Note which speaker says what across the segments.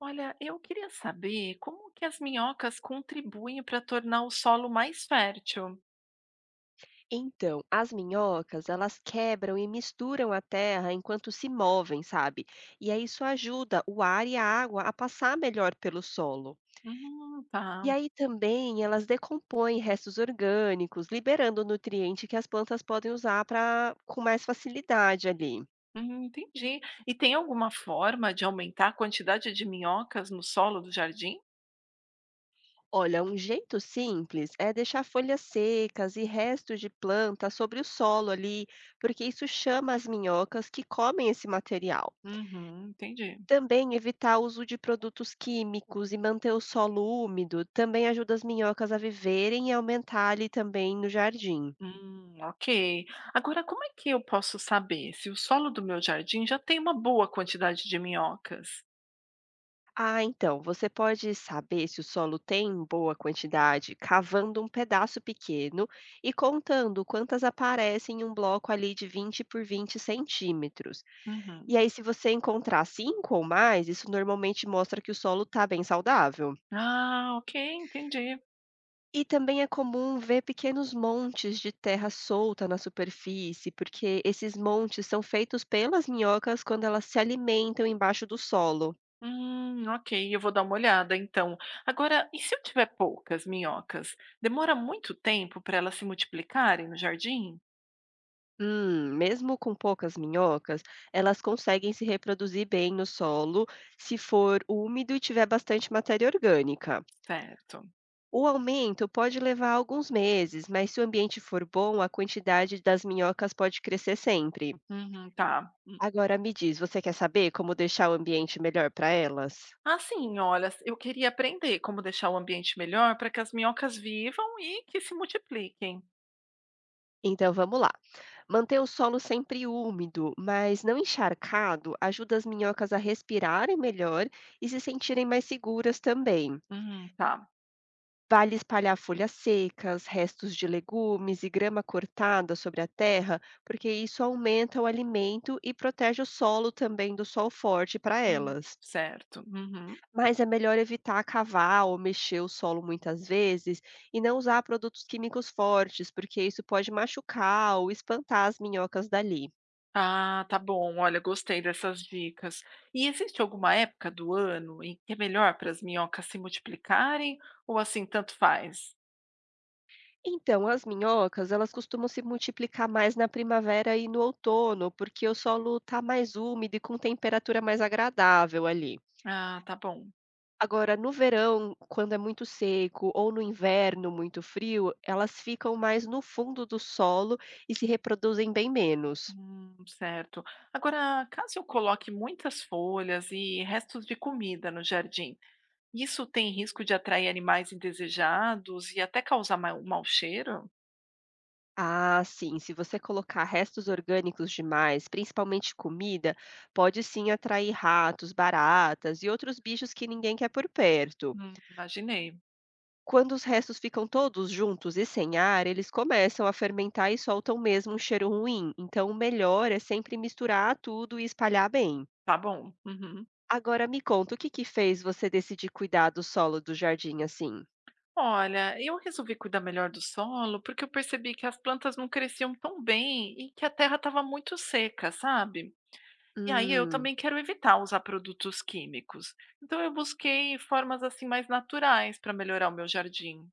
Speaker 1: Olha, eu queria saber como que as minhocas contribuem para tornar o solo mais fértil.
Speaker 2: Então, as minhocas, elas quebram e misturam a terra enquanto se movem, sabe? E aí isso ajuda o ar e a água a passar melhor pelo solo.
Speaker 1: Tá.
Speaker 2: E aí também elas decompõem restos orgânicos, liberando o nutriente que as plantas podem usar para com mais facilidade ali.
Speaker 1: Entendi. E tem alguma forma de aumentar a quantidade de minhocas no solo do jardim?
Speaker 2: Olha, um jeito simples é deixar folhas secas e restos de planta sobre o solo ali, porque isso chama as minhocas que comem esse material.
Speaker 1: Uhum, entendi.
Speaker 2: Também evitar o uso de produtos químicos e manter o solo úmido também ajuda as minhocas a viverem e aumentar ali também no jardim.
Speaker 1: Ok. Agora, como é que eu posso saber se o solo do meu jardim já tem uma boa quantidade de minhocas?
Speaker 2: Ah, então, você pode saber se o solo tem boa quantidade cavando um pedaço pequeno e contando quantas aparecem em um bloco ali de 20 por 20 centímetros.
Speaker 1: Uhum.
Speaker 2: E aí, se você encontrar cinco ou mais, isso normalmente mostra que o solo está bem saudável.
Speaker 1: Ah, ok, entendi.
Speaker 2: E também é comum ver pequenos montes de terra solta na superfície, porque esses montes são feitos pelas minhocas quando elas se alimentam embaixo do solo.
Speaker 1: Ok, eu vou dar uma olhada então. Agora, e se eu tiver poucas minhocas? Demora muito tempo para elas se multiplicarem no jardim?
Speaker 2: Mesmo com poucas minhocas, elas conseguem se reproduzir bem no solo se for úmido e tiver bastante matéria orgânica.
Speaker 1: Certo.
Speaker 2: O aumento pode levar alguns meses, mas se o ambiente for bom, a quantidade das minhocas pode crescer sempre.
Speaker 1: Uhum, tá. Hum.
Speaker 2: Agora me diz, você quer saber como deixar o ambiente melhor para elas?
Speaker 1: Ah, sim, olha, eu queria aprender como deixar o ambiente melhor para que as minhocas vivam e que se multipliquem.
Speaker 2: Então vamos lá. Manter o solo sempre úmido, mas não encharcado, ajuda as minhocas a respirarem melhor e se sentirem mais seguras também.
Speaker 1: Uhum, tá.
Speaker 2: Vale espalhar folhas secas, restos de legumes e grama cortada sobre a terra, porque isso aumenta o alimento e protege o solo também do sol forte para elas.
Speaker 1: Certo. Uhum.
Speaker 2: Mas é melhor evitar cavar ou mexer o solo muitas vezes e não usar produtos químicos fortes, porque isso pode machucar ou espantar as minhocas dali.
Speaker 1: Ah, tá bom. Olha, gostei dessas dicas. E existe alguma época do ano em que é melhor para as minhocas se multiplicarem ou assim tanto faz?
Speaker 2: Então, as minhocas, elas costumam se multiplicar mais na primavera e no outono, porque o solo está mais úmido e com temperatura mais agradável ali.
Speaker 1: Ah, tá bom.
Speaker 2: Agora, no verão, quando é muito seco, ou no inverno muito frio, elas ficam mais no fundo do solo e se reproduzem bem menos.
Speaker 1: Certo. Agora, caso eu coloque muitas folhas e restos de comida no jardim, isso tem risco de atrair animais indesejados e até causar um mau cheiro?
Speaker 2: Ah, sim, se você colocar restos orgânicos demais, principalmente comida, pode sim atrair ratos, baratas e outros bichos que ninguém quer por perto.
Speaker 1: Imaginei.
Speaker 2: Quando os restos ficam todos juntos e sem ar, eles começam a fermentar e soltam mesmo um cheiro ruim. Então, o melhor é sempre misturar tudo e espalhar bem.
Speaker 1: Tá bom. Uhum.
Speaker 2: Agora me conta, o que que fez você decidir cuidar do solo do jardim assim?
Speaker 1: Olha, eu resolvi cuidar melhor do solo porque eu percebi que as plantas não cresciam tão bem e que a terra estava muito seca, sabe? E aí eu
Speaker 2: Hum.
Speaker 1: também quero evitar usar produtos químicos. Então eu busquei formas assim mais naturais para melhorar o meu jardim.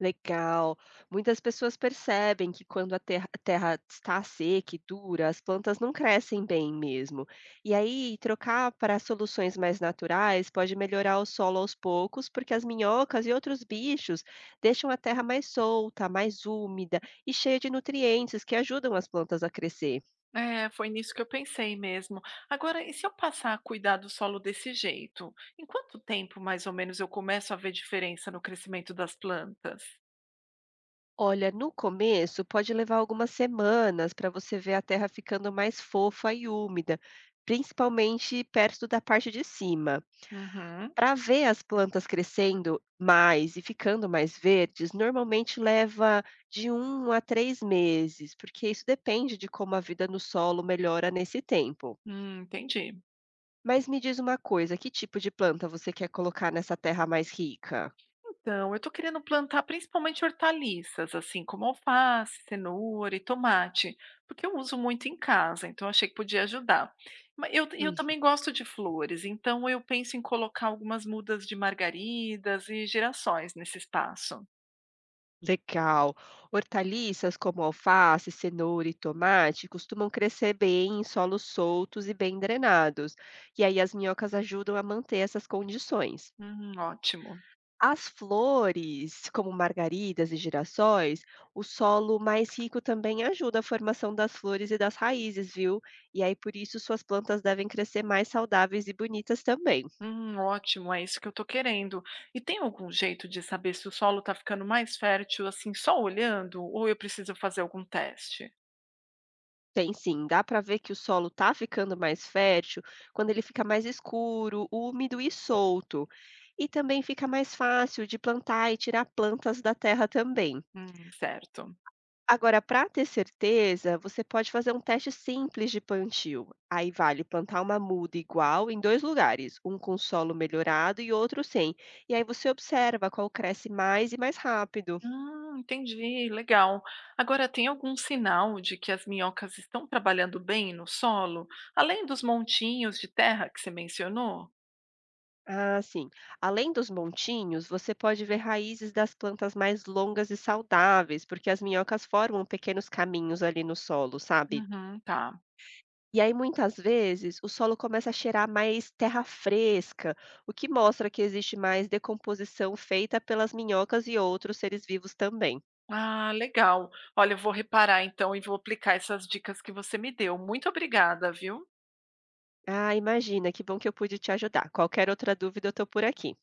Speaker 2: Legal. Muitas pessoas percebem que quando a terra está seca e dura, as plantas não crescem bem mesmo. E aí, trocar para soluções mais naturais pode melhorar o solo aos poucos, porque as minhocas e outros bichos deixam a terra mais solta, mais úmida e cheia de nutrientes que ajudam as plantas a crescer.
Speaker 1: É, foi nisso que eu pensei mesmo. Agora, e se eu passar a cuidar do solo desse jeito? Em quanto tempo, mais ou menos, eu começo a ver diferença no crescimento das plantas?
Speaker 2: Olha, no começo pode levar algumas semanas para você ver a terra ficando mais fofa e úmida, principalmente perto da parte de cima.
Speaker 1: Uhum.
Speaker 2: Para ver as plantas crescendo mais e ficando mais verdes, normalmente leva de 1 a 3 meses, porque isso depende de como a vida no solo melhora nesse tempo.
Speaker 1: Entendi.
Speaker 2: Mas me diz uma coisa, que tipo de planta você quer colocar nessa terra mais rica?
Speaker 1: Então, eu tô querendo plantar principalmente hortaliças, assim como alface, cenoura e tomate, porque eu uso muito em casa, então achei que podia ajudar. Mas eu
Speaker 2: Hum,
Speaker 1: também gosto de flores, então eu penso em colocar algumas mudas de margaridas e girassóis nesse espaço.
Speaker 2: legal. Hortaliças como alface, cenoura e tomate costumam crescer bem em solos soltos e bem drenados. E aí as minhocas ajudam a manter essas condições.
Speaker 1: Ótimo.
Speaker 2: As flores, como margaridas e girassóis, o solo mais rico também ajuda a formação das flores e das raízes, viu? E aí, por isso, suas plantas devem crescer mais saudáveis e bonitas também.
Speaker 1: Ótimo, é isso que eu tô querendo. E tem algum jeito de saber se o solo tá ficando mais fértil assim só olhando ou eu preciso fazer algum teste?
Speaker 2: Tem sim, dá para ver que o solo tá ficando mais fértil quando ele fica mais escuro, úmido e solto. E também fica mais fácil de plantar e tirar plantas da terra também.
Speaker 1: Certo.
Speaker 2: Agora, para ter certeza, você pode fazer um teste simples de plantio. Aí vale plantar uma muda igual em dois lugares, um com solo melhorado e outro sem. E aí você observa qual cresce mais e mais rápido.
Speaker 1: Entendi, legal. Agora, tem algum sinal de que as minhocas estão trabalhando bem no solo, além dos montinhos de terra que você mencionou?
Speaker 2: Ah, sim. Além dos montinhos, você pode ver raízes das plantas mais longas e saudáveis, porque as minhocas formam pequenos caminhos ali no solo, sabe?
Speaker 1: Uhum, tá.
Speaker 2: E aí, muitas vezes, o solo começa a cheirar mais terra fresca, o que mostra que existe mais decomposição feita pelas minhocas e outros seres vivos também.
Speaker 1: Ah, legal. Olha, eu vou reparar então e vou aplicar essas dicas que você me deu. Muito obrigada, viu?
Speaker 2: Ah, imagina, que bom que eu pude te ajudar. Qualquer outra dúvida, eu estou por aqui.